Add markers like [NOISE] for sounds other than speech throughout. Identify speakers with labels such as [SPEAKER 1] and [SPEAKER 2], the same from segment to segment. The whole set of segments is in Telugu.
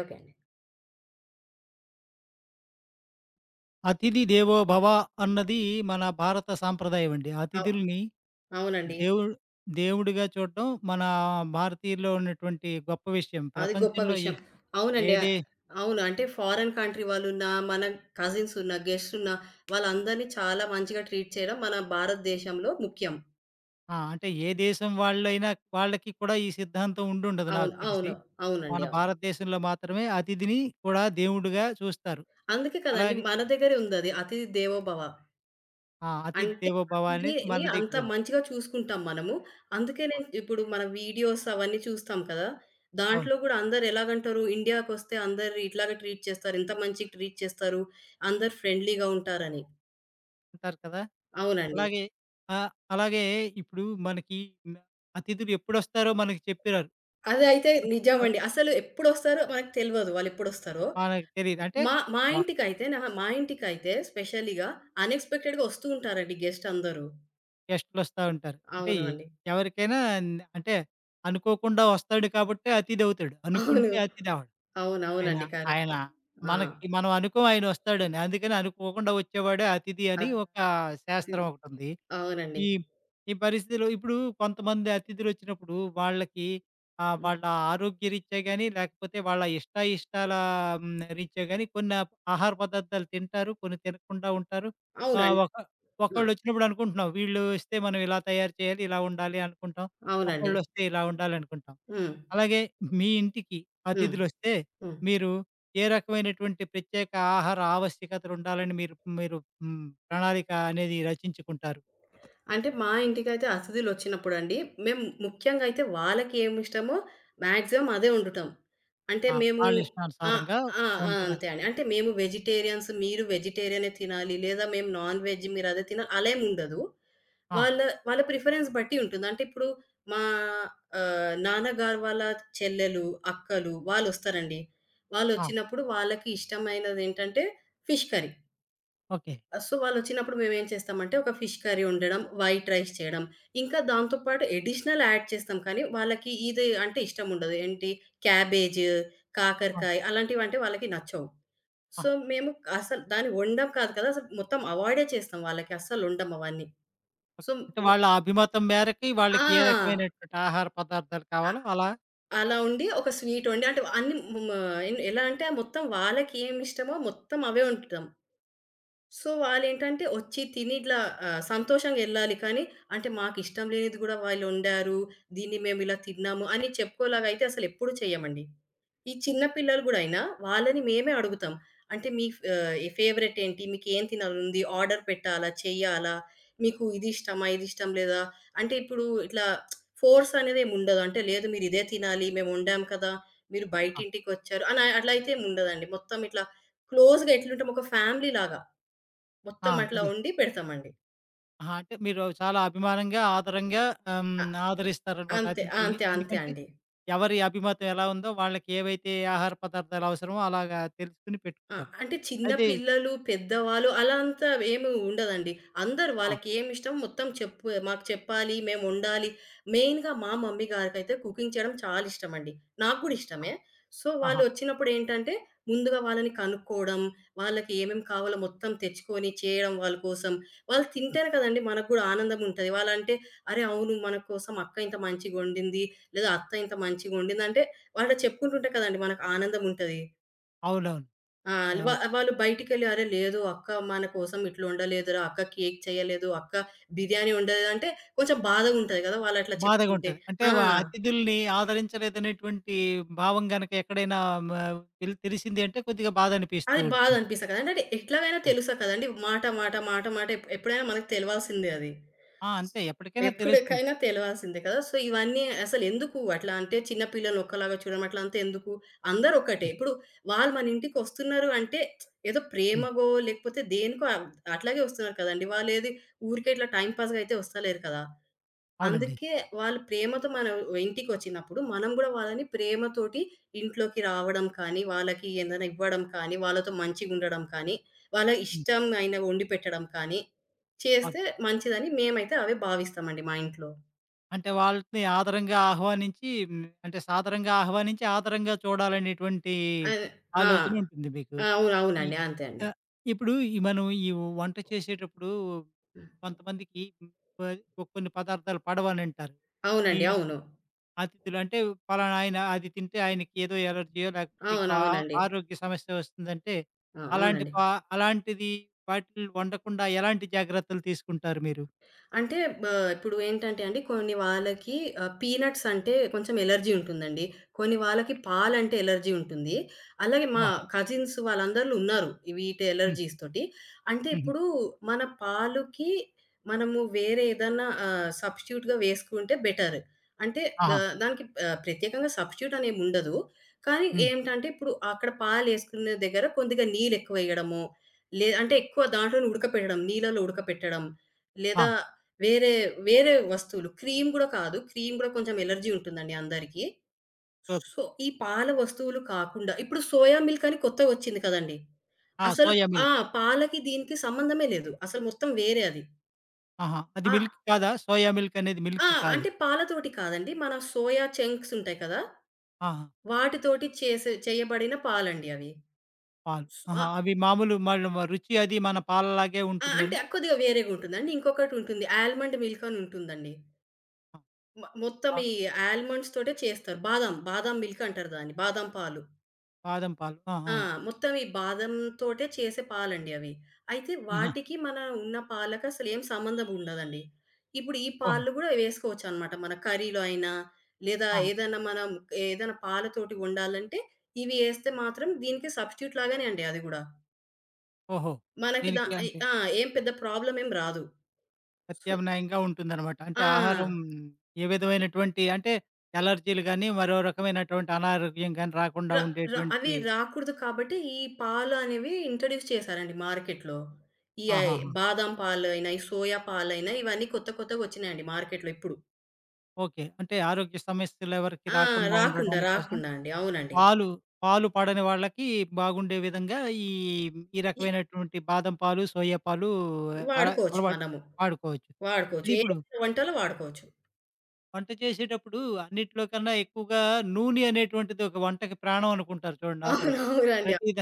[SPEAKER 1] ఓకే అండి.
[SPEAKER 2] అతిథి దేవో భవ అన్నది మన భారత సాంప్రదాయం అండి.
[SPEAKER 1] అవ్
[SPEAKER 2] అతిథుల్ని
[SPEAKER 1] అవునండి.
[SPEAKER 2] దేవుడు దేవుడిగా చూడడం మన భారతీయుల్లో ఉన్నటువంటి గొప్ప విషయం.
[SPEAKER 1] అది గొప్ప
[SPEAKER 2] ప్రపంచంలో ఏ
[SPEAKER 1] విషయం.
[SPEAKER 2] ఏ
[SPEAKER 1] అవునండి.
[SPEAKER 2] దే
[SPEAKER 1] అవును. అంటే ఫారెన్ కంట్రీ వాళ్ళున్నా, మన కజిన్స్ ఉన్న, గెస్ట్స్ ఉన్న వాళ్ళందరినీ చాలా మంచిగా ట్రీట్ చేయడం మన భారతదేశంలో ముఖ్యం.
[SPEAKER 2] ఆ! అంటే ఏ దేశం వాళ్ళైనా వాళ్ళకి కూడా ఈ సిద్ధాంతం ఉండుండదు నాకు
[SPEAKER 1] అవును.
[SPEAKER 2] తెలిసి.
[SPEAKER 1] అవును. అవునండి.
[SPEAKER 2] మన
[SPEAKER 1] అవును.
[SPEAKER 2] భారతదేశంలో మాత్రమే అతిథిని కూడా దేవుడుగా చూస్తారు.
[SPEAKER 1] అందుకే కదండీ
[SPEAKER 2] అలాగే
[SPEAKER 1] మన దగ్గరే ఉందది. అతిథి దేవోభవ.
[SPEAKER 2] ఆ! అతిథి
[SPEAKER 1] అంటే
[SPEAKER 2] దేవో భవ అనేది
[SPEAKER 1] అతిథిని
[SPEAKER 2] మన
[SPEAKER 1] అంత
[SPEAKER 2] దగ్గర ఉంది.
[SPEAKER 1] మంచిగా చూసుకుంటాం మనము. అందుకే
[SPEAKER 2] ఆ!
[SPEAKER 1] నేను ఇప్పుడు మన వీడియోస్ అవన్నీ చూస్తాం కదా!
[SPEAKER 2] అవును.
[SPEAKER 1] దాంట్లో కూడా అందరూ ఎలాగంటారు ఇండియాకొస్తే అందరూ ఇట్లాగే ట్రీట్ చేస్తారు. ఇంత మంచిగా ట్రీట్ చేస్తారు. అందరూ ఫ్రెండ్లీగా ఉంటారని.
[SPEAKER 2] అంటారు కదా!
[SPEAKER 1] అవునండి.
[SPEAKER 2] అలాగే ఆహ్, అలాగే ఇప్పుడు మనకి న అతిథులు ఎప్పుడొస్తారో మనకి చెప్పి రారు.
[SPEAKER 1] అదైతే నిజమండి. అసలు ఎప్పుడొస్తారో మనకు తెల్వదు వాళ్ళెప్పుడొస్తారో.
[SPEAKER 2] మనకు తెలీదు. అంటే
[SPEAKER 1] మా మా
[SPEAKER 2] వ
[SPEAKER 1] ఇంటికైతే మా ఇంటికైతే స్పెషల్‌గా అన్‌ఎక్స్‌పెక్టెడ్‌గా వస్తూ ఉంటారండి గెస్ట్ అందరూ.
[SPEAKER 2] గెస్ట్‌లొస్తా ఉంటారు. అంటే
[SPEAKER 1] అవును అండి.
[SPEAKER 2] ఎవరికైనా అంటే అనుకోకుండా వస్తాడు కాబట్టే అతిథవుతాడు.
[SPEAKER 1] అవును.
[SPEAKER 2] అనుకుంటే అతిథవడు. ఆయన
[SPEAKER 1] అవునవునండి.
[SPEAKER 2] ఆయన
[SPEAKER 1] కరెక్ట్. ఆ!
[SPEAKER 2] మనకి మనం అనుకోం ఆయనొస్తాడని. అందుకని అనుకోకుండా వచ్చేవాడే అతిథి అని ఒక
[SPEAKER 1] అతి
[SPEAKER 2] శాస్త్రం ఒకటుంది.
[SPEAKER 1] అవునండి.
[SPEAKER 2] ఈ ఈ పరిస్థితిలో ఇప్పుడు కొంతమంది అతిథులొచ్చినప్పుడు వాళ్ళకి
[SPEAKER 1] హ్మ్.
[SPEAKER 2] వాళ్ళ ఆరోగ్యరీత్యా గాని, లేకపోతే వాళ్ళ ఇష్టాయిష్టాల రీత్యా గాని కొన్ని ఆహార పదార్థాలు తింటారు. కొన్ని తినకుండా ఉంటారు. ఆహ్,
[SPEAKER 1] అవునండి.
[SPEAKER 2] ఒక
[SPEAKER 1] ఆ!
[SPEAKER 2] ఒకళ్ళొచ్చినప్పుడు అనుకుంటున్నాం. వీళ్ళొస్తే మనం ఇలా తయారు చేయాలి, ఇలా ఉండాలి అనుకుంటాం.
[SPEAKER 1] అవునండి.
[SPEAKER 2] ఒకళ్ళొస్తే ఇలా ఉండాలనుకుంటాం.
[SPEAKER 1] హ్మ్.
[SPEAKER 2] అలాగే మీ ఇంటికి
[SPEAKER 1] హ్మ్.
[SPEAKER 2] అతిథులొస్తే
[SPEAKER 1] హ్మ్.
[SPEAKER 2] మీరు ఏ రకమైనటువంటి ప్రత్యేక ఆహార ఆవశ్యకతలుండాలని మీరు మీరు హ్మ్, ప్రణాళిక అనేది రచించుకుంటారు?
[SPEAKER 1] అంటే మా ఇంటికైతే అతిథులొచ్చినప్పుడండి, మేము ముఖ్యంగా అయితే వాళ్ళకి ఏమిష్టమో మాక్సిమం అదే వండుతాం. అంటే
[SPEAKER 2] ఆ!
[SPEAKER 1] మేము
[SPEAKER 2] వాళ్ళ
[SPEAKER 1] ఆ!
[SPEAKER 2] ఇష్టానుసారంగా
[SPEAKER 1] ఆ! ఆ!
[SPEAKER 2] ఉండేలా
[SPEAKER 1] అంతే అండి. అంటే మేము వెజిటేరియన్స్, మీరు వెజిటేరియనే తినాలి, లేదా మేము నాన్ వెజ్ మీరదే తినాలి అలా ఏముండదు.
[SPEAKER 2] ఆ!
[SPEAKER 1] వాళ్ళ వాళ్ళ ప్రిఫరెన్స్ బట్టి ఉంటుంది. అంటే ఇప్పుడు మా ఆహ్, నాన్నగారు వాళ్ళ చెల్లెలు, అక్కలు వాళ్ళొస్తారండి.
[SPEAKER 2] ఆ!
[SPEAKER 1] వాళ్ళొచ్చినప్పుడు వాళ్ళకి ఇష్టమైనదేంటంటే ఫిష్ కర్రీ.
[SPEAKER 2] ఓకే.
[SPEAKER 1] సో, వాళ్ళొచ్చినప్పుడు మేమేం చేస్తామంటే, ఒక ఫిష్ కర్రీ వండడం, వైట్ రైస్ చేయడం. ఇంకా దాంతో పాటు అడిషనల్ యాడ్ చేస్తాం. కానీ, వాళ్ళకి ఇది అంటే ఇష్టముండదు. ఏంటి క్యాబేజ్,
[SPEAKER 2] ఆ!
[SPEAKER 1] కాకరకాయ అలాంటివంటే వాళ్ళకి నచ్చవు.
[SPEAKER 2] ఆహా!
[SPEAKER 1] సో, మేము అసలు దాన్ని వండం కాదు కదా! అసలు మొత్తం అవాయిడే చేస్తాం. వాళ్ళకి అస్సలొండం అవన్నీ. So
[SPEAKER 2] okay. అంటే వాళ్ళ అభిమతం మేరకి వాళ్ళకి ఏ
[SPEAKER 1] ఆ!
[SPEAKER 2] రకమైనటువంటి ఆహార పదార్థాలు
[SPEAKER 1] అ
[SPEAKER 2] కావాలో అలా
[SPEAKER 1] అలా ఉండి ఒక స్వీట్ వండి అంటే ఎలా అంటే మొత్తం వాళ్ళకి ఏమిష్టమో మొత్తం అవే వండుతాం. సో, వాళ్ళేంటంటే ఒచ్చి తిని ఇట్లా సంతోషంగెళ్ళాలి. కానీ, అంటే మాకిష్టం లేనిది గూడా వాళ్ళొండారు, దీన్ని మేమిలా తిన్నాము అని చెప్పుకోలాగైతే అసలెప్పుడు చెయ్యమండి. ఈ చిన్న పిల్లలు గూడా అయినా వాళ్ళని మేమే అడుగుతాం. అంటే మీ ఫ్ ఆహ్, ఈ ఫేవరెట్ ఏంటి? మీకేం తినాలనుంది? ఆర్డర్ పెట్టాలా? చెయ్యాలా? మీకు ఇది ఇష్టమా? ఇది ఇష్టం లేదా? అంటే ఇప్పుడు ఇట్లా ఫోర్స్ అనేదేముండదు. అంటే లేదు మీరిదే తినాలి, మేమొండాం కదా! మీరు
[SPEAKER 2] ఆ!
[SPEAKER 1] బయటింటికొచ్చారు అని అట్లా అయితే ఏముండదండి. మొత్తం ఇట్లా క్లోజ్‌గా ఎట్లుంటాం ఒక ఫ్యామిలీ లాగా.
[SPEAKER 2] ఆ!
[SPEAKER 1] మొత్తం అట్లా
[SPEAKER 2] అది.
[SPEAKER 1] వండి పెడతామండి.
[SPEAKER 2] ఆహా! అంటే మీరు చాలా అభిమానంగా, ఆదరంగా ఆహ్, హ్మ్,
[SPEAKER 1] అ
[SPEAKER 2] ఆదరిస్తారనమాట
[SPEAKER 1] అంతే. ఆ,
[SPEAKER 2] అతిథులని.
[SPEAKER 1] అంతే. అంతే
[SPEAKER 2] ఎందుకంటే
[SPEAKER 1] అండి.
[SPEAKER 2] ఎవరి అభిమతం ఎలా ఉందో వాళ్ళకి ఏవైతే ఆహార పదార్థాలు అవసరమో అలాగా తెలుసుకొని
[SPEAKER 1] ఆ!
[SPEAKER 2] పెట్టుకుంటారు.
[SPEAKER 1] అంటే చిన్న
[SPEAKER 2] అయితే
[SPEAKER 1] పిల్లలు, పెద్దవాళ్ళు అలా అంతా ఏమి ఉండదండి. అందరూ
[SPEAKER 2] ఆ!
[SPEAKER 1] వాళ్ళకి ఏమిష్టమో మొత్తం మాకు చెప్పాలి, మేమొండాలి. మెయిన్‌గా మా మమ్మీ గారికైతే కుకింగ్ చేయడం చాలా ఇష్టమండి. నాకు గూడా
[SPEAKER 2] ఆ!
[SPEAKER 1] ఇష్టమే. సో,
[SPEAKER 2] ఆహా!
[SPEAKER 1] వాళ్ళొచ్చినప్పుడేంటంటే, ముందుగా వాళ్ళని కనుక్కోవడం, వాళ్ళకి ఏమేమి కావాలో మొత్తం తెచ్చుకొని చేయడం వాళ్ళ కోసం. వాళ్ళు
[SPEAKER 2] హ్మ్.
[SPEAKER 1] తింటేనే కదండీ మనకు గూడా ఆనందముంటది. వాళ్ళంటే, "అరే! అవును మన కోసం అక్క ఇంత మంచిగొండింది" లేదా "అత్త ఇంత మంచిగొండింది" అంటే వాళ్ళు చెప్పుకుంటుంటే కదండీ మనకు ఆనందముంటది.
[SPEAKER 2] అవునవును.
[SPEAKER 1] ఆ!
[SPEAKER 2] ఆ!
[SPEAKER 1] వ వాళ్ళు బయటికెళ్ళి "అరే! లేదు అక్క మన కోసం ఇట్లా వండలేదురా, అక్క కేక్ చేయలేదు, అక్క బిర్యానీ వండలేదు" అంటే కొంచెం బాధగుంటది గదా! వాళ్ళట్లా
[SPEAKER 2] బాధగా
[SPEAKER 1] చెప్తుంటే.
[SPEAKER 2] ఉంటది. అంటే
[SPEAKER 1] ఆ!
[SPEAKER 2] అతిథుల్ని ఆదరించలేదనేటువంటి భావం గనక ఎక్కడైనా మ తెల్ తెలిసింది అంటే కొద్దిగా బాధనిపిస్తూ
[SPEAKER 1] అది
[SPEAKER 2] ఉంటుంది.
[SPEAKER 1] బాధనిపిస్తా కదండీ. అంటే ఎట్లాగైనా
[SPEAKER 2] ఆ!
[SPEAKER 1] తెలుసా కదండీ. మాట ఎప్పుడైనా మనకు తెలవాల్సిందే అది.
[SPEAKER 2] ఆ! అంతే ఎప్పటికైనా తెలుస్తుంది.
[SPEAKER 1] ఎప్పటికైనా తెలవాల్సిందే కదా! సో, ఇవన్నీ అసలెందుకు అట్లా అంటే చిన్న పిల్లల్ని ఒక్కలాగా చూడడం అట్లంతా ఎందుకు? అందరూ ఒక్కటే.
[SPEAKER 2] హ్మ్.
[SPEAKER 1] ఇప్పుడు వాళ్ళు మన ఇంటికొస్తున్నారు అంటే ఏదో
[SPEAKER 2] హ్మ్.
[SPEAKER 1] ప్రేమగో లేకపోతే దేనికో అ- అట్లాగే వస్తున్నారు కదండీ. వాళ్ళేది ఊరికే ఇట్లా టైమ్ పాస్‌గా అయితే వస్తలేరు కదా!
[SPEAKER 2] అవునండి.
[SPEAKER 1] అందుకే వాళ్ళు ప్రేమతో మన ఇంటికొచ్చినప్పుడు, మనం గూడా వాళ్ళని ప్రేమతోటి ఇంట్లోకి రావడం కానీ, వాళ్ళకి ఏదైనా ఇవ్వడం కానీ, వాళ్ళతో మంచిగుండడం కానీ, వాళ్ళ
[SPEAKER 2] హ్మ్.
[SPEAKER 1] ఇష్టం అయినవి వండి పెట్టడం కానీ,
[SPEAKER 2] అవును.
[SPEAKER 1] చేస్తే మంచిదని మేమైతే అవే భావిస్తామండి మా ఇంట్లో.
[SPEAKER 2] అంటే వాళ్ళని ఆదరంగా ఆహ్వానించి అంటే సాదరంగా ఆహ్వానించి, ఆదరంగా చూడాలనేటువంటి
[SPEAKER 1] అదే. ఆ!
[SPEAKER 2] ఆలోచనుంటుంది మీకు.
[SPEAKER 1] ఆ! అవును.
[SPEAKER 2] ఈ
[SPEAKER 1] అవునండి. అంతే అండి.
[SPEAKER 2] ఆహ్, ఇప్పుడు మనం వంట చేసేటప్పుడు కొంతమందికి హ్మ్, ప కొన్ని పదార్థాలు పడవనంటారు. మీ
[SPEAKER 1] అవునండి. అవును.
[SPEAKER 2] అతిథులు అంటే పలానా ఆయన అది తింటే ఆయనకి ఏదో ఎలర్జీయో లేకపోతే ఇంకో
[SPEAKER 1] అవునవునండి.
[SPEAKER 2] ఆరోగ్య సమస్య వస్తుందంటే
[SPEAKER 1] ఆ!
[SPEAKER 2] అలాంటి
[SPEAKER 1] అవునండి.
[SPEAKER 2] పా అలాంటిది వాటిని వండకుండా ఎలాంటి జాగ్రత్తలు తీసుకుంటారు మీరు?
[SPEAKER 1] అంటే బ ఇప్పుడు ఏంటంటే అండి, కొన్ని వాళ్ళకి పీనట్స్ అంటే కొంచెం ఎలర్జీ ఉంటుందండి. కొన్ని వాళ్ళకి పాలంటే ఎలర్జీ ఉంటుంది. అలాగే మా
[SPEAKER 2] ఓహో!
[SPEAKER 1] కజిన్స్ వాళ్ళందరిలో ఉన్నారు. వీటి
[SPEAKER 2] హ్మ్.
[SPEAKER 1] ఎలర్జీస్ తోటి. అంటే
[SPEAKER 2] హుహు.
[SPEAKER 1] ఇప్పుడు మన పాలుకి మనము వేరే ఏదన్నా సబ్‌స్టిట్యూట్‌గా వేసుకుంటే బెటర్. అంటే దా
[SPEAKER 2] ఆహా!
[SPEAKER 1] దానికి ప్రత్యేకంగా సబ్‌స్టిట్యూట్ అనేముండదు. కానీ
[SPEAKER 2] హ్మ్.
[SPEAKER 1] ఏంటంటే ఇప్పుడు అక్కడ పాలేసుకునే దగ్గర కొద్దిగా నీళ్లెక్కువేయడము, అంటే ఎక్కువ దాంట్లోనే ఉడకపెట్టడం, నీళ్ళలో ఉడకపెట్టడం, లేదా
[SPEAKER 2] ఆ!
[SPEAKER 1] వేరే, వేరే వస్తువులు. క్రీమ్ గూడా కాదు. క్రీమ్ గూడా కొంచెం ఎలర్జీ ఉంటుందండి అందరికీ.
[SPEAKER 2] ఓకే.
[SPEAKER 1] సో, ఈ పాల వస్తువులు కాకుండా ఇప్పుడు సోయా మిల్క్ అని కొత్తగొచ్చింది కదండీ!
[SPEAKER 2] ఆ!
[SPEAKER 1] అసలు
[SPEAKER 2] సోయా
[SPEAKER 1] ఆ!
[SPEAKER 2] మిల్క్.
[SPEAKER 1] పాలకి దీనికి సంబంధమే లేదు. అసలు మొత్తం వేరే అది.
[SPEAKER 2] ఆహా! అది
[SPEAKER 1] ఆ!
[SPEAKER 2] మిల్క్ కాదా? సోయా మిల్క్ అనేది
[SPEAKER 1] ఆ!
[SPEAKER 2] మిల్క్ కాదు.
[SPEAKER 1] అంటే పాలతోటి కాదండి. మన సోయా చంక్స్ ఉంటాయి కదా!
[SPEAKER 2] ఆహా!
[SPEAKER 1] వాటితోటి చేయబడిన పాలండి అవి.
[SPEAKER 2] పాలు.
[SPEAKER 1] స్ ఆ!
[SPEAKER 2] ఆహా! అవి మామూలు మళ్ళీ రుచి అది మన పాలలాగే
[SPEAKER 1] ఆ! అంటే
[SPEAKER 2] ఉంటుందండి?
[SPEAKER 1] కొద్దిగా వేరేగా ఉంటుందండి. ఇంకొకటుంటుంది. ఆల్మండ్ మిల్క్ అని ఉంటుందండి.
[SPEAKER 2] ఆ!
[SPEAKER 1] మొత్తం
[SPEAKER 2] ఆ!
[SPEAKER 1] ఈ ఆల్మండ్స్ తోటే చేస్తారు. బాదాం మిల్క్ అంటారు దాన్ని. బాదాం పాలు.
[SPEAKER 2] బాదం పాలు.
[SPEAKER 1] ఆ!
[SPEAKER 2] ఆహా!
[SPEAKER 1] మొత్తం ఈ బాదంతోటే చేసే పాలండి అవి. అయితే
[SPEAKER 2] హ్మ్.
[SPEAKER 1] వాటికి మన ఉన్న పాలకు అసలేం సంబంధం ఉండదండి. ఇప్పుడు ఈ
[SPEAKER 2] ఓహో!
[SPEAKER 1] పాలు గూడా వేసుకోవచ్చనమాట. మన కర్రీలో అయినా, లేదా
[SPEAKER 2] ఆహా!
[SPEAKER 1] ఏదైనా మనం ఏదైనా పాలతోటి వండాలంటే ఇవి ఏస్తే మాత్రం దీనికి సబ్‌స్టిట్యూట్ లాగానే అండి అది గూడా.
[SPEAKER 2] ఓహో!
[SPEAKER 1] మనకి దా
[SPEAKER 2] దీనికి
[SPEAKER 1] ఎ
[SPEAKER 2] అంటే
[SPEAKER 1] ఆ! ఏం పెద్ద ప్రాబ్లమ్ ఏం రాదు. సు
[SPEAKER 2] ప్రత్యామ్నాయంగా ఉంటుందనమాట. అంటే
[SPEAKER 1] ఆ!
[SPEAKER 2] ఆహారం ఏ విధమైనటువంటి అంటే ఎలర్జీలు గానీ, మరో రకమైనటువంటి అనారోగ్యం గానీ రాకుండా
[SPEAKER 1] ర ర అవి
[SPEAKER 2] ఉండేటువంటి
[SPEAKER 1] రాకూడదు కాబట్టి, ఈ పాలు అనేవి ఇంట్రొడ్యూస్ చేశారండి మార్కెట్‌లో. ఈ ఐ
[SPEAKER 2] ఆహాహా!
[SPEAKER 1] బాదాం పాలైనా, ఈ సోయా పాలైనా ఇవన్నీ కొత్తగొచ్చినాయండి మార్కెట్‌లో ఇప్పుడు.
[SPEAKER 2] ఓకే. అంటే ఆరోగ్య సమస్యలెవరికీ
[SPEAKER 1] ఆ!
[SPEAKER 2] రాకుండా
[SPEAKER 1] రాకుండా,
[SPEAKER 2] ఉండడాని కోసం
[SPEAKER 1] రాకుండా అండి. అవునండి.
[SPEAKER 2] పాలు, పాలు పడని వాళ్ళకి బాగుండే విధంగా ఈ, ఈ
[SPEAKER 1] ఈ
[SPEAKER 2] రకమైనటువంటి బాదం పాలు, సోయా పాలు అలా
[SPEAKER 1] వాడుకోవచ్చు
[SPEAKER 2] అలవాటు
[SPEAKER 1] మనము.
[SPEAKER 2] వాడుకోవచ్చు.
[SPEAKER 1] వాడుకోవచ్చు.
[SPEAKER 2] అది ఇప్పుడు
[SPEAKER 1] వంటలో వాడుకోవచ్చు.
[SPEAKER 2] వంట చేసేటప్పుడు అన్నిట్లో కన్నా ఎక్కువగా నూనె అనేటువంటిది ఒక వంటకి ప్రాణం అనుకుంటారు చూడండి అందరూ.
[SPEAKER 1] అవునవునండి. అవును.
[SPEAKER 2] ప్రతి ద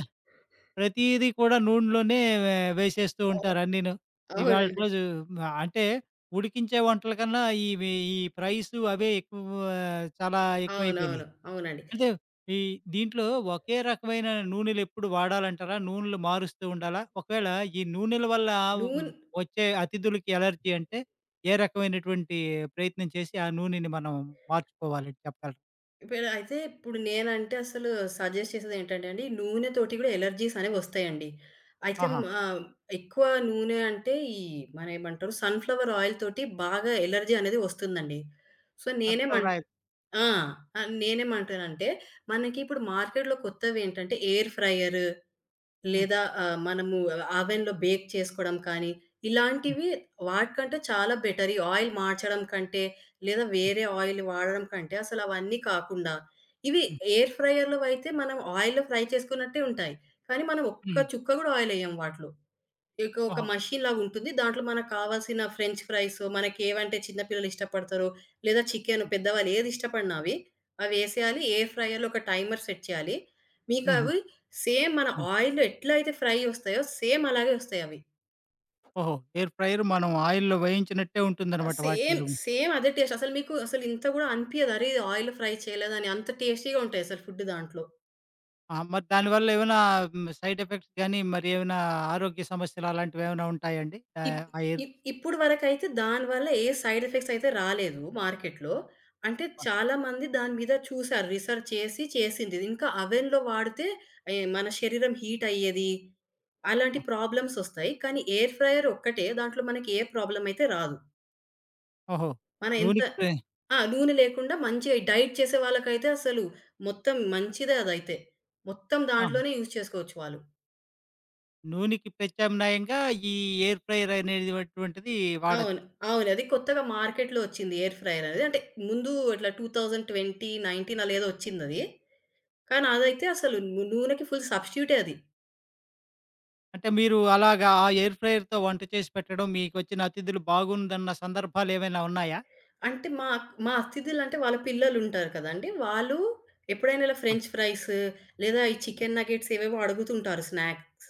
[SPEAKER 2] ప్రతీదీ కూడా నూనెలోనే వేసేస్తూ
[SPEAKER 1] అవునండి.
[SPEAKER 2] ఉంటారు అన్నీను. ఇవాల్టి
[SPEAKER 1] అవునండి.
[SPEAKER 2] రోజు అంటే ఉడికించే వంటల కన్నా ఇవి ఈ ఫ్రైసు అవే ఎక్కువ చాలా ఎక్కువైపోయినాయి.
[SPEAKER 1] అవునవును. అవునండి.
[SPEAKER 2] అంటే ఈ దీంట్లో ఒకే రకమైన నూనెలెప్పుడు వాడాలంటారా? నూనెలు మారుస్తూ ఉండాలా? ఒకవేళ ఈ నూనెల వల్ల హ్మ్,
[SPEAKER 1] నూనె
[SPEAKER 2] వచ్చే అతిథులకి ఎలర్జీ అంటే ఏ రకమైనటువంటి ప్రయత్నం చేసి ఆ నూనెని మనం మార్చుకోవాలి చెప్పగలరా?
[SPEAKER 1] ఇప్పుడు అయితే ఇప్పుడు నేనంటే అసలు సజెస్ట్ చేసేదేంటంటే అండి, నూనెతోటి గూడా ఎలర్జీస్ అనేవొస్తాయండి. అయితే
[SPEAKER 2] ఆహా!
[SPEAKER 1] ఆహ్, ఎక్కువ నూనె అంటే మనమేమంటారు సన్‌ఫ్లవర్ ఆయిల్ తోటి బాగా ఎలర్జీ అనేది వస్తుందండి. సో, నేనేమం
[SPEAKER 2] సన్‌ఫ్లవర్ ఆయిల్.
[SPEAKER 1] ఆ! ఆహ్, నేనేమంటానంటే మనకి ఇప్పుడు మార్కెట్‌లో కొత్తవేంటంటే ఎయిర్ ఫ్రైయరు
[SPEAKER 2] హ్మ్.
[SPEAKER 1] లేదా మనము అవెన్‌లో బేక్ చేసుకోవడం కానీ,
[SPEAKER 2] హ్మ్.
[SPEAKER 1] ఇలాంటివి వాటికంటే చాలా బెటర్. ఈ ఆయిల్ మార్చడం కంటే, లేదా
[SPEAKER 2] హ్మ్.
[SPEAKER 1] వేరే ఆయిల్ వాడడం కంటే అసలవన్నీ కాకుండా, ఇవి
[SPEAKER 2] హ్మ్.
[SPEAKER 1] ఎయిర్ ఫ్రైయర్‌లో అయితే మనం ఆయిల్‌లో ఫ్రై చేసుకున్నట్టే ఉంటాయి. కానీ మనం ఒక్క
[SPEAKER 2] హ్మ్.
[SPEAKER 1] చుక్క గూడా ఆయిల్ ఎయ్యం వాటిలో. ఇక ఒక
[SPEAKER 2] ఓహో!
[SPEAKER 1] మెషీన్ లాగుంటుంది. దాంట్లో మనకు కావాల్సిన ఫ్రెంచ్ ఫ్రైస్ మనకేవంటే చిన్న పిల్లలు ఇష్టపడతారో, లేదా చికెను
[SPEAKER 2] హ్మ్.
[SPEAKER 1] పెద్దవాళ్ళు ఏది ఇష్టపడినా అవి, అవేసేయాలి. ఎయిర్ ఫ్రైయర్‌లో ఒక టైమర్ సెట్ చేయాలి.
[SPEAKER 2] హుహు.
[SPEAKER 1] మీకవి సేమ్ మన
[SPEAKER 2] హ్మ్.
[SPEAKER 1] ఆయిల్‌లో ఎట్లా అయితే ఫ్రై ఒస్తాయో సేమ్ అలాగే ఒస్తాయవి.
[SPEAKER 2] ఓహో! ఎయిర్ ఫ్రైయర్ మనం ఆయిల్‌లో వేయించినట్టే ఉంటుందనమాట
[SPEAKER 1] సేమ్,
[SPEAKER 2] వాటిలో.
[SPEAKER 1] సేమ్ అదే టేస్ట్. అసలు మీకు అసలు ఇంత గూడా అనిపియదు. అరే! ఇది ఆయిల్‌లో ఫ్రై చేయలేదని అంత టేస్టీగా ఉంటాయసలు ఫుడ్ దాంట్లో.
[SPEAKER 2] ఆ! మరి దానివల్ల ఏమైనా సైడ్ ఎఫెక్ట్స్ గాని, మరి ఏమైనా ఆరోగ్య సమస్యలు అలాంటివేమైనా ఉంటాయండి?
[SPEAKER 1] ఇప్
[SPEAKER 2] ఆ ఎయిర్
[SPEAKER 1] ఇప్ ఇప్పుడు వరకైతే దానివల్ల ఏ సైడ్ ఎఫెక్ట్స్ అయితే రాలేదు మార్కెట్‌లో. అంటే
[SPEAKER 2] ఆ!
[SPEAKER 1] చాలామంది దాని మీద చూసారు. రిసర్చ్ చేసింది. ఇంకా అవెన్‌లో వాడితే ఏ మన శరీరం హీట్ అయ్యేది. అలాంటి
[SPEAKER 2] ఆ!
[SPEAKER 1] ప్రాబ్లమ్స్ ఒస్తాయి. కానీ ఎయిర్ ఫ్రైయర్ ఒక్కటే దాంట్లో మనకి ఏ ప్రాబ్లమ్ అయితే రాదు.
[SPEAKER 2] ఓహో!
[SPEAKER 1] మనం ఎంత
[SPEAKER 2] నూనెకి ప్రే
[SPEAKER 1] ఆ! నూనె లేకుండా మంచిగా డైట్ చేసే వాళ్ళకైతే అసలు మొత్తం మంచిదే అదైతే. మొత్తం
[SPEAKER 2] ఆహా!
[SPEAKER 1] దాంట్లోనే యూజ్ చేసుకోవచ్చు వాళ్ళు.
[SPEAKER 2] నూనెకి ప్రత్యామ్నాయంగా ఈ ఎయిర్ ఫ్రైయర్ అనేటువంటిది వాడొచ్చు.
[SPEAKER 1] అవును. అవును. అది కొత్తగా మార్కెట్‌లో వచ్చింది ఎయిర్ ఫ్రైయర్ అనేది. అంటే ముందు ఇట్లా 2020, 19 అలా ఏదో వచ్చిందది. కానీ అదైతే అసలు నూనెకి ఫుల్ సబ్‌స్టిట్యూటే అది.
[SPEAKER 2] అంటే మీరు అలాగా ఆ ఎయిర్ ఫ్రైయర్‌తో వంట చేసి పెట్టడం, మీకొచ్చిన అతిథులు బాగుందన్న సందర్భాలేమైనా ఉన్నాయా?
[SPEAKER 1] అంటే మా మా అతిథులంటే వాళ్ళ పిల్లలుంటారు కదండీ! వాళ్ళు ఎప్పుడైనా ఇలా
[SPEAKER 2] ఆ!
[SPEAKER 1] ఫ్రెంచ్ ఫ్రైస్ లేదా ఈ చికెన్ నగెట్స్ ఏవేవో అడుగుతుంటారు స్నాక్స్.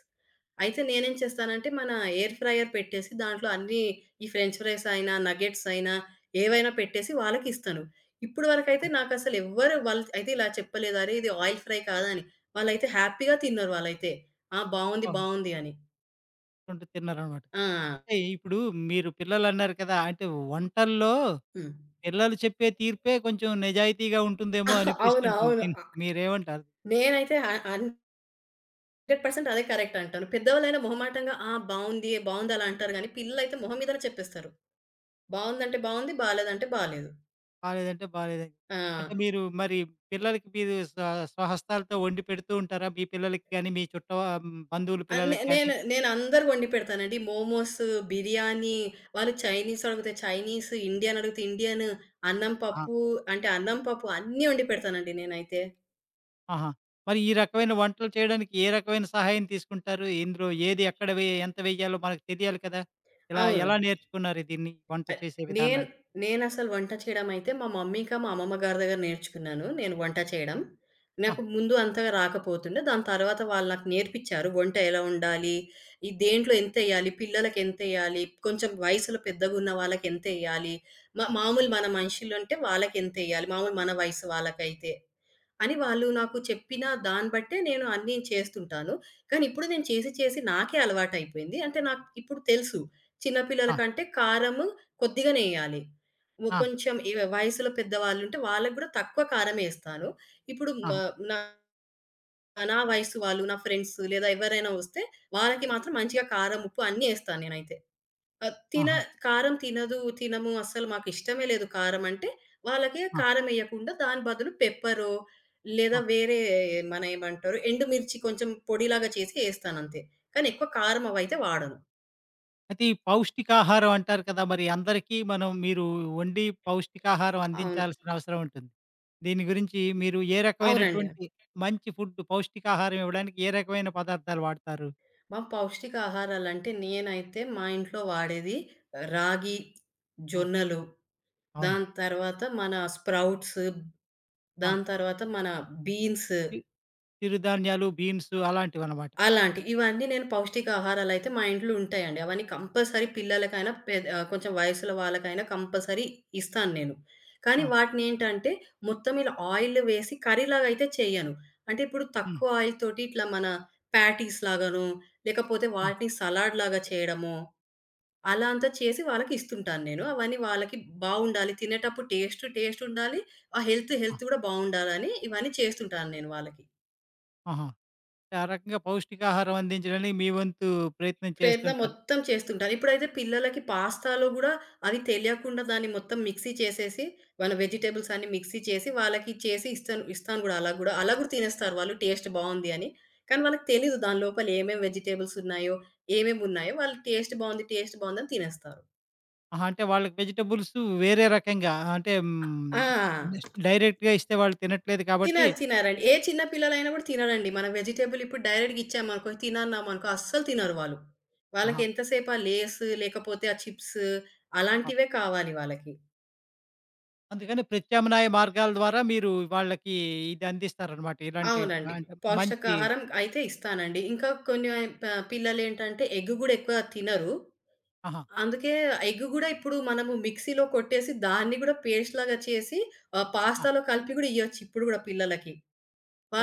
[SPEAKER 1] అయితే నేనేం చేస్తానంటే, మన ఎయిర్ ఫ్రైయర్ పెట్టేసి దాంట్లో అన్నీ ఈ ఫ్రెంచ్ ఫ్రైస్ అయినా, నగెట్స్ అయినా ఏవైనా పెట్టేసి వాళ్ళకిస్తాను. ఇప్పుడు
[SPEAKER 2] ఆ!
[SPEAKER 1] వరకైతే నాకసలు ఎవ్వరు వాళ్ళు అయితే ఇలా చెప్పలేదు. "అరే! ఇది ఆయిల్ ఫ్రై కాదని." వాళ్ళైతే హ్యాపీగా తిన్నారు వాళ్ళైతే. "ఆ! బావుంది.
[SPEAKER 2] ఓహో!
[SPEAKER 1] బావుంది" అని.
[SPEAKER 2] వండుతున్నారనమాట.
[SPEAKER 1] ఆ!
[SPEAKER 2] అంటే ఇప్పుడు మీరు పిల్లలన్నారు కదా! అంటే వంటల్లో
[SPEAKER 1] హ్మ్.
[SPEAKER 2] పిల్లలు చెప్పే తీర్పే కొంచెం నిజాయితీగా ఉంటుందేమో
[SPEAKER 1] [LAUGHS] అవును.
[SPEAKER 2] అనిపిస్తుంటుంది.
[SPEAKER 1] అవును.
[SPEAKER 2] మీరేమంటారు?
[SPEAKER 1] నేనైతే హ 100% అదే కరెక్ట్ అంటాను. పెద్దవాళ్ళైనా మొహమాటంగా "ఆ! బావుంది. బావుంది" అలా అంటారు గానీ, పిల్లలైతే మొహం మీదనే చెప్పేస్తారు. బావుందంటే బావుంది. బాలేదంటే బాలేదు.
[SPEAKER 2] బాలేదంటే బాలేదని.
[SPEAKER 1] ఆ!
[SPEAKER 2] అంటే మీరు మరి పిల్లలకి మీరు స్వ స్వహస్తాలతో వండి పెడుతూ ఉంటారా? మీ పిల్లలకి గాని, మీ బంధువుల
[SPEAKER 1] ఆ! నే
[SPEAKER 2] పిల్లలకి గాని?
[SPEAKER 1] నేను నేను అందరూ వండి పెడతానండి. మోమోస్, బిర్యానీ, వాళ్ళు చైనీస్ అడిగితే చైనీస్, ఇండియన్ అడిగితే ఇండియన్, అన్నం
[SPEAKER 2] ఆ!
[SPEAKER 1] పప్పు అంటే అన్నం పప్పు అన్నీ వండి పెడతానండి నేనైతే.
[SPEAKER 2] ఆహా! మరి ఈ రకమైన వంటలు చేయడానికి ఏ రకమైన సహాయం తీసుకుంటారు? ఇందులో ఏది ఎక్కడ ఎంత వెయ్యాలో మనకు తెలియాలి కదా! ఇలా ఎలా
[SPEAKER 1] అవును.
[SPEAKER 2] నేర్చుకున్నారు దీన్ని వంట
[SPEAKER 1] అయ్
[SPEAKER 2] చేసే
[SPEAKER 1] నేను
[SPEAKER 2] విధానాన్ని?
[SPEAKER 1] నేనసలు వంట చేయడమైతే మా మమ్మీ ఇంకా మా అమ్మమ్మ గారి దగ్గర నేర్చుకున్నాను నేను వంట చేయడం. నాకు
[SPEAKER 2] ఆహా!
[SPEAKER 1] ముందు అంతగా రాకపోతుండే. దాని తర్వాత వాళ్ళు నాకు నేర్పిచ్చారు. వంట ఎలా ఉండాలి? ఈ దేంట్లో ఎంతెయ్యాలి? పిల్లలకెంతెయ్యాలి? కొంచెం వయసులో పెద్దగున్న వాళ్ళకెంతెయ్యాలి? మామూలు మన మనుషులంటే వాళ్ళకెంతెయ్యాలి? మామూలు మన వయసు వాళ్ళకైతే. అని వాళ్ళు నాకు చెప్పిన దాన్ని బట్టే నేను అన్నీ చేస్తుంటాను. కానీ ఇప్పుడు నేను చేసి చేసి నాకే అలవాటయిపోయింది. అంటే నాకు ఇప్పుడు తెలుసు. చిన్న పిల్లల
[SPEAKER 2] ఆ!
[SPEAKER 1] కంటే కారము కొద్దిగానే ఎయ్యాలి.
[SPEAKER 2] ఆ!
[SPEAKER 1] కొంచెం వయసులో పెద్దవాళ్ళుంటే వాళ్ళకి గూడా తక్కువ కారమేస్తాను. ఇప్పుడు మ
[SPEAKER 2] ఆహా!
[SPEAKER 1] నా నా వయసు వాళ్ళు, నా ఫ్రెండ్స్ లేదా ఎవరైనా వస్తే వాళ్ళకి మాత్రం మంచిగా కారం, ఉప్పు అన్నీ ఎస్తాను నేనైతే. ఆ! తిన
[SPEAKER 2] ఆహా!
[SPEAKER 1] కారం తినము అస్సలు మాకిష్టమే లేదు కారం అంటే, వాళ్ళకి
[SPEAKER 2] ఆ!
[SPEAKER 1] కారమెయకుండా దాని బదులు పెప్పరో, లేదా
[SPEAKER 2] ఆ!
[SPEAKER 1] వేరే మన ఏమంటారు ఎండుమిర్చి కొంచెం పొడిలాగా చేసి ఏస్తానంతే. కానీ ఎక్కువ కారం అవైతే వాడను.
[SPEAKER 2] అయితే ఈ పౌష్టికాహారం అంటారు కదా! మరి అందరికీ మనం మీరు వండి పౌష్టికాహారం
[SPEAKER 1] అవును.
[SPEAKER 2] అందించాల్సిన అవసరం ఉంటుంది. దీని గురించి మీరు ఏ
[SPEAKER 1] అవునండి.
[SPEAKER 2] రకమైనటువంటి మంచి ఫుడ్ పౌష్టికాహారం ఇవ్వడానికి ఏ రకమైన పదార్థాలు వాడతారు?
[SPEAKER 1] మా పౌష్టిక ఆహారాలంటే నేనైతే మా ఇంట్లో వాడేది రాగి,
[SPEAKER 2] ఆ!
[SPEAKER 1] జొన్నలు,
[SPEAKER 2] అవును.
[SPEAKER 1] దాని తర్వాత మన స్ప్రౌట్స్,
[SPEAKER 2] ఆ!
[SPEAKER 1] దాని తర్వాత మన బీన్స్
[SPEAKER 2] చి చిరుధాన్యాలు, బీన్స్ అలాంటివన్నమాట.
[SPEAKER 1] అలాంటివి. ఇవన్నీ నేను పౌష్టికాహారాలయితే మా ఇంట్లో ఉంటాయండి. అవన్నీ కంపల్సరీ పిల్లలకైనా, కొంచెం వయసున్న వాళ్ళకైనా కంపల్సరీ ఇస్తాను నేను. కానీ
[SPEAKER 2] ఆ!
[SPEAKER 1] వాటినేంటంటే, మొత్తం ఇలా ఆయిల్ వేసి కర్రీలాగైతే చెయ్యను. అంటే ఇప్పుడు
[SPEAKER 2] హ్మ్.
[SPEAKER 1] తక్కువ ఆయిల్ తోటి ఇట్లా మన ప్యాటీస్ లాగానో, లేకపోతే
[SPEAKER 2] హ్మ్.
[SPEAKER 1] వాటిని సలాడ్ లాగా చేయడమో, అలా అంతా చేసి వాళ్ళకిస్తుంటాను నేను. అవన్నీ వాళ్ళకి బావుండాలి. తినేటప్పుడు టేస్ట్ ఉండాలి. ఆ హెల్త్,
[SPEAKER 2] ఆ!
[SPEAKER 1] హెల్త్ కూడా బావుండాలని ఇవన్నీ చేస్తుంటాను నేను వాళ్ళకి.
[SPEAKER 2] ఆహా! ఆ రకంగా పౌష్టికాహారం అందించడానికి మీ వంతు ప్రయత్నం
[SPEAKER 1] ప్రయత్నం
[SPEAKER 2] చేస్తుంటారు.
[SPEAKER 1] మొత్తం చేస్తుంటారు. ఇప్పుడైతే పిల్లలకి పాస్తాలో గూడా అది తెలియకుండా దాన్ని మొత్తం మిక్సీ చేసేసి, మన వెజిటబుల్స్ అన్నీ మిక్సీ చేసి, వాళ్ళకి చేసి ఇస్తాను ఇస్తాను గూడా అలా గూడా. అలా గూడా తినేస్తారు వాళ్ళు టేస్ట్ బావుంది అని. కానీ వాళ్ళకి తెలీదు దాని లోపల ఏమేం వెజిటబుల్స్ ఉన్నాయో, ఏమేమున్నాయో వాళ్ళు టేస్ట్ బావుందని తినేస్తారు.
[SPEAKER 2] ఆహా! అంటే వాళ్ళకి వెజిటబుల్స్ వేరే రకంగా అంటే హ్మ్.
[SPEAKER 1] ఆ!
[SPEAKER 2] నెక్స్ట్ డైరెక్ట్‌గా ఇస్తే వాళ్ళు తినట్లేదు కాబట్టి
[SPEAKER 1] తినరండి. ఏ చిన్న పిల్లలైనా గూడా తినరండి. మనం వెజిటబుల్ ఇప్పుడు డైరెక్ట్‌గా ఇచ్చామనుకో, తినన్నామనుకో అస్సలు తినరు వాళ్ళు. వాళ్ళకి
[SPEAKER 2] ఆహా!
[SPEAKER 1] ఎంతసేపు ఆ లేస్ లేకపోతే ఆ చిప్స్ అలాంటివే కావాలి వాళ్ళకి.
[SPEAKER 2] అందుకని ప్రత్యామ్నాయ మార్గాల ద్వారా మీరు వాళ్ళకి ఇది అందిస్తారనమాట. ఇలాంటి
[SPEAKER 1] అవునండి.
[SPEAKER 2] అంటే మంచి
[SPEAKER 1] పౌష్టికాహారం అయితే ఇస్తానండి. ఇంకా కొన్ని ప పిల్లలేంటంటే ఎగ్ గూడా ఎక్కువ తినరు.
[SPEAKER 2] ఆహా!
[SPEAKER 1] అందుకే ఎగ్ గూడా ఇప్పుడు మనము మిక్సీలో కొట్టేసి దాన్ని గూడా పేస్ట్ లాగా చేసి
[SPEAKER 2] ఆ!
[SPEAKER 1] పాస్తాలో కలిపి గూడా ఇయ్యొచ్చు ఇప్పుడు గూడా పిల్లలకి.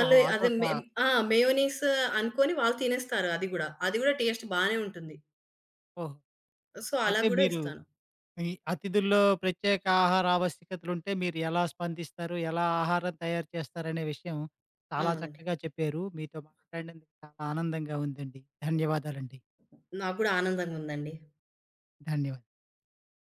[SPEAKER 2] ఓహో!
[SPEAKER 1] అదే
[SPEAKER 2] అదొక
[SPEAKER 1] మే ఆ! మయోనీస్ అనుకోని వాళ్ళు తినేస్తారు అది గూడా. అది గూడా టేస్ట్ బానే ఉంటుంది.
[SPEAKER 2] ఓహో!
[SPEAKER 1] సో, అలా
[SPEAKER 2] అయితే
[SPEAKER 1] గూడా
[SPEAKER 2] మీరు
[SPEAKER 1] ఇస్తాను.
[SPEAKER 2] ఈ అతిథుల్లో ప్రత్యేక ఆహార ఆవశ్యకతలుంటే మీరు ఎలా స్పందిస్తారు? ఎలా ఆహారం తయారు చేస్తారనే విషయం చాలా
[SPEAKER 1] అవునండి.
[SPEAKER 2] చక్కగా చెప్పారు. మీతో మాట్లాడినందుకు చాలా ఆనందంగా ఉందండి. ధన్యవాదాలండి.
[SPEAKER 1] నాకు గూడా ఆనందంగుందండి.
[SPEAKER 2] ధన్యవాదాలు.